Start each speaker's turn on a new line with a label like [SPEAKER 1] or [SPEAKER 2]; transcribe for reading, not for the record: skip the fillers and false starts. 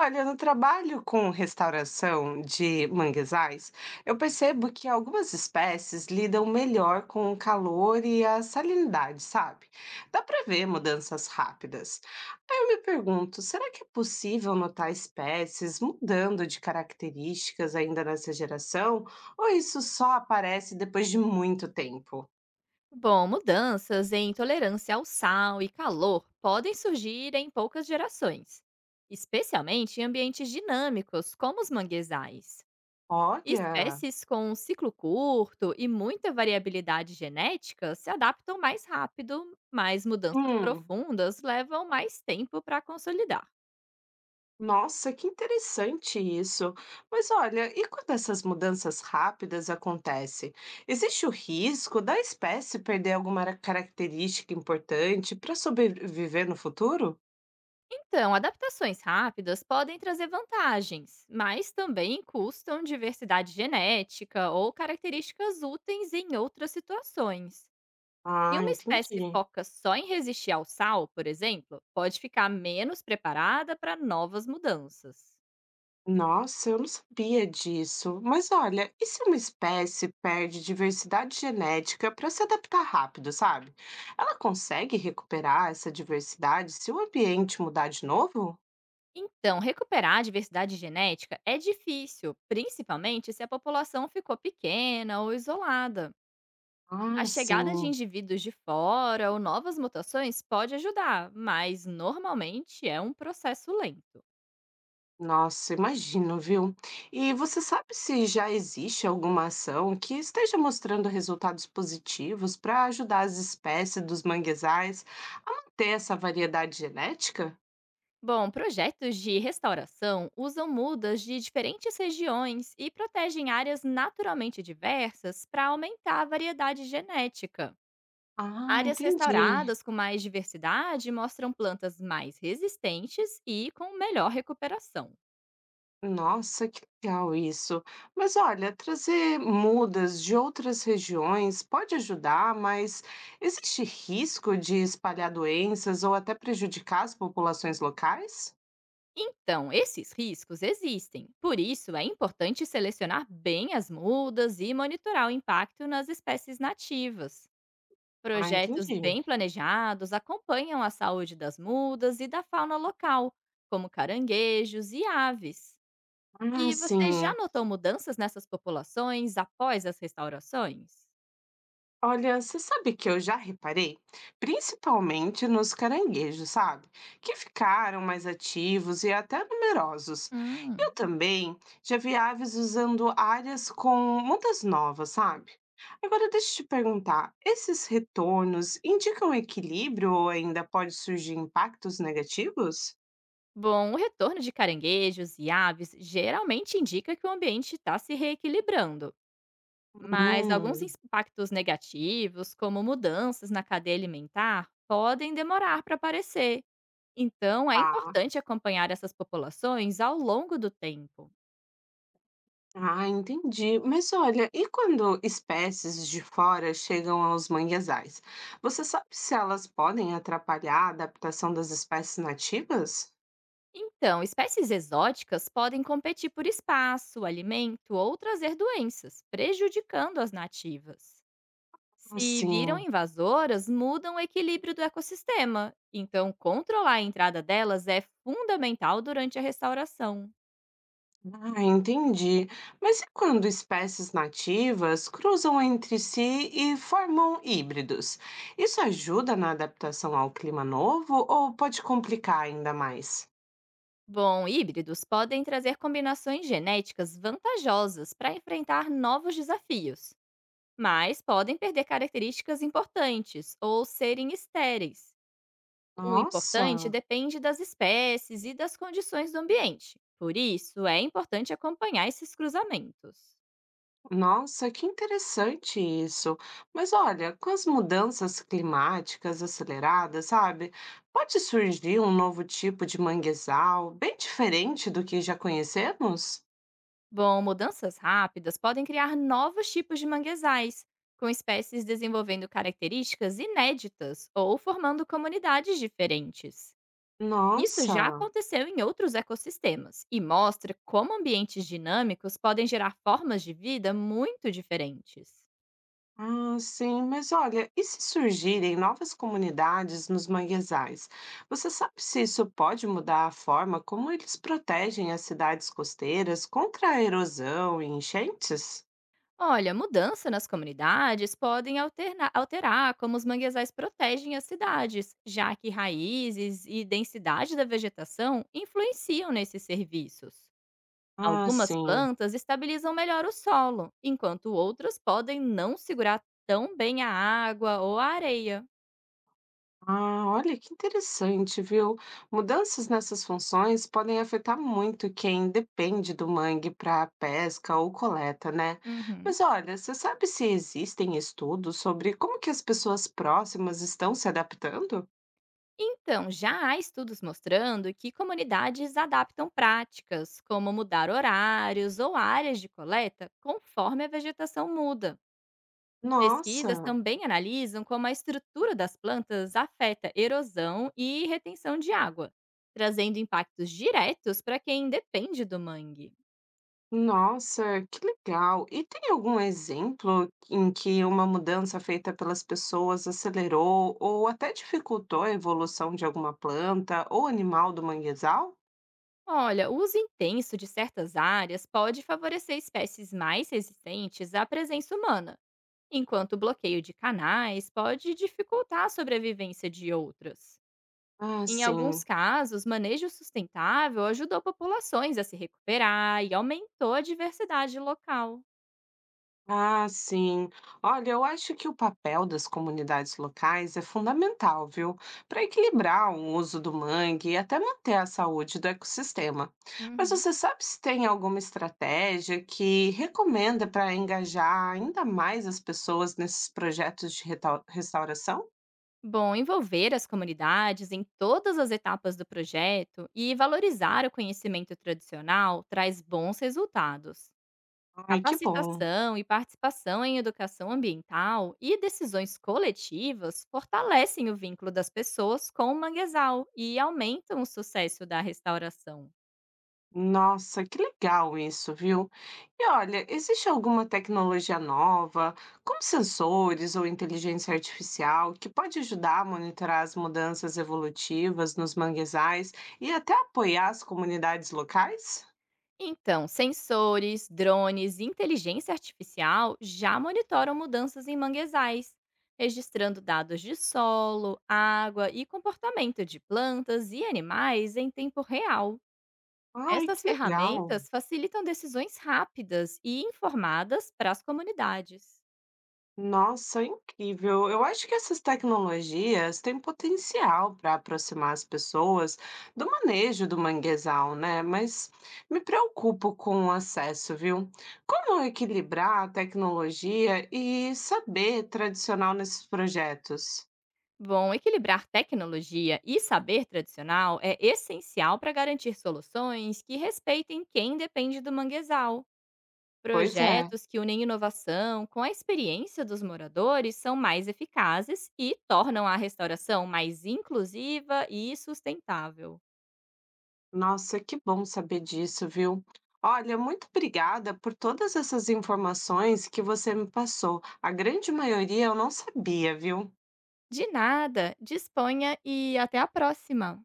[SPEAKER 1] Olha, no trabalho com restauração de manguezais, eu percebo que algumas espécies lidam melhor com o calor e a salinidade, sabe? Dá para ver mudanças rápidas. Aí eu me pergunto, será que é possível notar espécies mudando de características ainda nessa geração? Ou isso só aparece depois de muito tempo?
[SPEAKER 2] Bom, mudanças em intolerância ao sal e calor podem surgir em poucas gerações, especialmente em ambientes dinâmicos, como os manguezais.
[SPEAKER 1] Olha,
[SPEAKER 2] Espécies com um ciclo curto e muita variabilidade genética se adaptam mais rápido, mas mudanças
[SPEAKER 1] hum.
[SPEAKER 2] profundas levam mais tempo para consolidar.
[SPEAKER 1] Nossa, que interessante isso. Mas olha, e quando essas mudanças rápidas acontecem? Existe o risco da espécie perder alguma característica importante para sobreviver no futuro?
[SPEAKER 2] Então, adaptações rápidas podem trazer vantagens, mas também custam diversidade genética ou características úteis em outras situações. E
[SPEAKER 1] Ah,
[SPEAKER 2] uma espécie
[SPEAKER 1] entendi.
[SPEAKER 2] foca só em resistir ao sal, por exemplo, pode ficar menos preparada para novas mudanças.
[SPEAKER 1] Nossa, eu não sabia disso. Mas olha, e se uma espécie perde diversidade genética para se adaptar rápido, sabe? Ela consegue recuperar essa diversidade se o ambiente mudar de novo?
[SPEAKER 2] Então, recuperar a diversidade genética é difícil, principalmente se a população ficou pequena ou isolada.
[SPEAKER 1] Ah,
[SPEAKER 2] A chegada de
[SPEAKER 1] sim.
[SPEAKER 2] indivíduos de fora ou novas mutações pode ajudar, mas normalmente é um processo lento.
[SPEAKER 1] Nossa, imagino, viu? E você sabe se já existe alguma ação que esteja mostrando resultados positivos para ajudar as espécies dos manguezais a manter essa variedade genética?
[SPEAKER 2] Bom, projetos de restauração usam mudas de diferentes regiões e protegem áreas naturalmente diversas para aumentar a variedade genética.
[SPEAKER 1] Ah,
[SPEAKER 2] Áreas
[SPEAKER 1] entendi.
[SPEAKER 2] restauradas com mais diversidade mostram plantas mais resistentes e com melhor recuperação.
[SPEAKER 1] Nossa, que legal isso. Mas olha, trazer mudas de outras regiões pode ajudar, mas existe risco de espalhar doenças ou até prejudicar as populações locais?
[SPEAKER 2] Então, esses riscos existem, por isso é importante selecionar bem as mudas e monitorar o impacto nas espécies nativas.
[SPEAKER 1] Ah,
[SPEAKER 2] Projetos
[SPEAKER 1] entendi.
[SPEAKER 2] bem planejados acompanham a saúde das mudas e da fauna local, como caranguejos e aves.
[SPEAKER 1] Ah,
[SPEAKER 2] E você já
[SPEAKER 1] sim.
[SPEAKER 2] notou mudanças nessas populações após as restaurações?
[SPEAKER 1] Olha, você sabe que eu já reparei, principalmente nos caranguejos, sabe? Que ficaram mais ativos e até numerosos. Eu
[SPEAKER 2] Hum.
[SPEAKER 1] também já vi aves usando áreas com mudas novas, sabe? Agora deixa eu te perguntar, esses retornos indicam equilíbrio ou ainda pode surgir impactos negativos?
[SPEAKER 2] Bom, o retorno de caranguejos e aves geralmente indica que o ambiente está se reequilibrando. Mas alguns
[SPEAKER 1] Hum,
[SPEAKER 2] impactos negativos, como mudanças na cadeia alimentar, podem demorar para aparecer. Então, é
[SPEAKER 1] tá.
[SPEAKER 2] importante acompanhar essas populações ao longo do tempo.
[SPEAKER 1] Ah, entendi. Mas olha, e quando espécies de fora chegam aos manguezais? Você sabe se elas podem atrapalhar a adaptação das espécies nativas?
[SPEAKER 2] Então, espécies exóticas podem competir por espaço, alimento ou trazer doenças, prejudicando as nativas. Se viram
[SPEAKER 1] Assim.
[SPEAKER 2] invasoras, mudam o equilíbrio do ecossistema. Então, controlar a entrada delas é fundamental durante a restauração.
[SPEAKER 1] Ah, entendi. Mas e quando espécies nativas cruzam entre si e formam híbridos? Isso ajuda na adaptação ao clima novo ou pode complicar ainda mais?
[SPEAKER 2] Bom, híbridos podem trazer combinações genéticas vantajosas para enfrentar novos desafios, mas podem perder características importantes ou serem estéreis. O
[SPEAKER 1] Nossa.
[SPEAKER 2] importante depende das espécies e das condições do ambiente. Por isso, é importante acompanhar esses cruzamentos.
[SPEAKER 1] Nossa, que interessante isso. Mas olha, com as mudanças climáticas aceleradas, sabe, pode surgir um novo tipo de manguezal, bem diferente do que já conhecemos?
[SPEAKER 2] Bom, mudanças rápidas podem criar novos tipos de manguezais, com espécies desenvolvendo características inéditas ou formando comunidades diferentes. Isso já
[SPEAKER 1] Nossa,
[SPEAKER 2] aconteceu em outros ecossistemas e mostra como ambientes dinâmicos podem gerar formas de vida muito diferentes.
[SPEAKER 1] ah, sim, mas olha, e se surgirem novas comunidades nos manguezais? Você sabe se isso pode mudar a forma como eles protegem as cidades costeiras contra a erosão e enchentes?
[SPEAKER 2] Olha, mudança nas comunidades podem alterar como os manguezais protegem as cidades, já que raízes e densidade da vegetação influenciam nesses serviços.
[SPEAKER 1] Ah,
[SPEAKER 2] Algumas
[SPEAKER 1] sim.
[SPEAKER 2] plantas estabilizam melhor o solo, enquanto outras podem não segurar tão bem a água ou a areia.
[SPEAKER 1] Ah, olha que interessante, viu? Mudanças nessas funções podem afetar muito quem depende do mangue para pesca ou coleta, né?
[SPEAKER 2] Uhum.
[SPEAKER 1] Mas olha, você sabe se existem estudos sobre como que as pessoas próximas estão se adaptando?
[SPEAKER 2] Então, já há estudos mostrando que comunidades adaptam práticas, como mudar horários ou áreas de coleta, conforme a vegetação muda. Pesquisas
[SPEAKER 1] Nossa,
[SPEAKER 2] também analisam como a estrutura das plantas afeta erosão e retenção de água, trazendo impactos diretos para quem depende do mangue.
[SPEAKER 1] nossa, que legal! E tem algum exemplo em que uma mudança feita pelas pessoas acelerou ou até dificultou a evolução de alguma planta ou animal do manguezal?
[SPEAKER 2] Olha, o uso intenso de certas áreas pode favorecer espécies mais resistentes à presença humana enquanto o bloqueio de canais pode dificultar a sobrevivência de outras.
[SPEAKER 1] Ah,
[SPEAKER 2] Em alguns
[SPEAKER 1] sim.
[SPEAKER 2] casos, manejo sustentável ajudou populações a se recuperar e aumentou a diversidade local.
[SPEAKER 1] Ah, sim. Olha, eu acho que o papel das comunidades locais é fundamental, viu? Para equilibrar o uso do mangue e até manter a saúde do ecossistema. Mas
[SPEAKER 2] Uhum.
[SPEAKER 1] você sabe se tem alguma estratégia que recomenda para engajar ainda mais as pessoas nesses projetos de restauração?
[SPEAKER 2] Bom, envolver as comunidades em todas as etapas do projeto e valorizar o conhecimento tradicional traz bons resultados.
[SPEAKER 1] Ai, que bom.
[SPEAKER 2] Capacitação e participação em educação ambiental e decisões coletivas fortalecem o vínculo das pessoas com o manguezal e aumentam o sucesso da restauração.
[SPEAKER 1] Nossa, que legal isso, viu? E olha, existe alguma tecnologia nova, como sensores ou inteligência artificial, que pode ajudar a monitorar as mudanças evolutivas nos manguezais e até apoiar as comunidades locais?
[SPEAKER 2] Então, sensores, drones e inteligência artificial já monitoram mudanças em manguezais, registrando dados de solo, água e comportamento de plantas e animais em tempo real.
[SPEAKER 1] Ai,
[SPEAKER 2] Essas
[SPEAKER 1] que legal!
[SPEAKER 2] ferramentas facilitam decisões rápidas e informadas para as comunidades.
[SPEAKER 1] Nossa, incrível. Eu acho que essas tecnologias têm potencial para aproximar as pessoas do manejo do manguezal, né? Mas me preocupo com o acesso, viu? Como equilibrar a tecnologia e saber tradicional nesses projetos?
[SPEAKER 2] Bom, equilibrar tecnologia e saber tradicional é essencial para garantir soluções que respeitem quem depende do manguezal.
[SPEAKER 1] Pois é.
[SPEAKER 2] Projetos que unem inovação com a experiência dos moradores são mais eficazes e tornam a restauração mais inclusiva e sustentável.
[SPEAKER 1] Nossa, que bom saber disso, viu? Olha, muito obrigada por todas essas informações que você me passou. A grande maioria eu não sabia, viu?
[SPEAKER 2] De nada, disponha e até a próxima!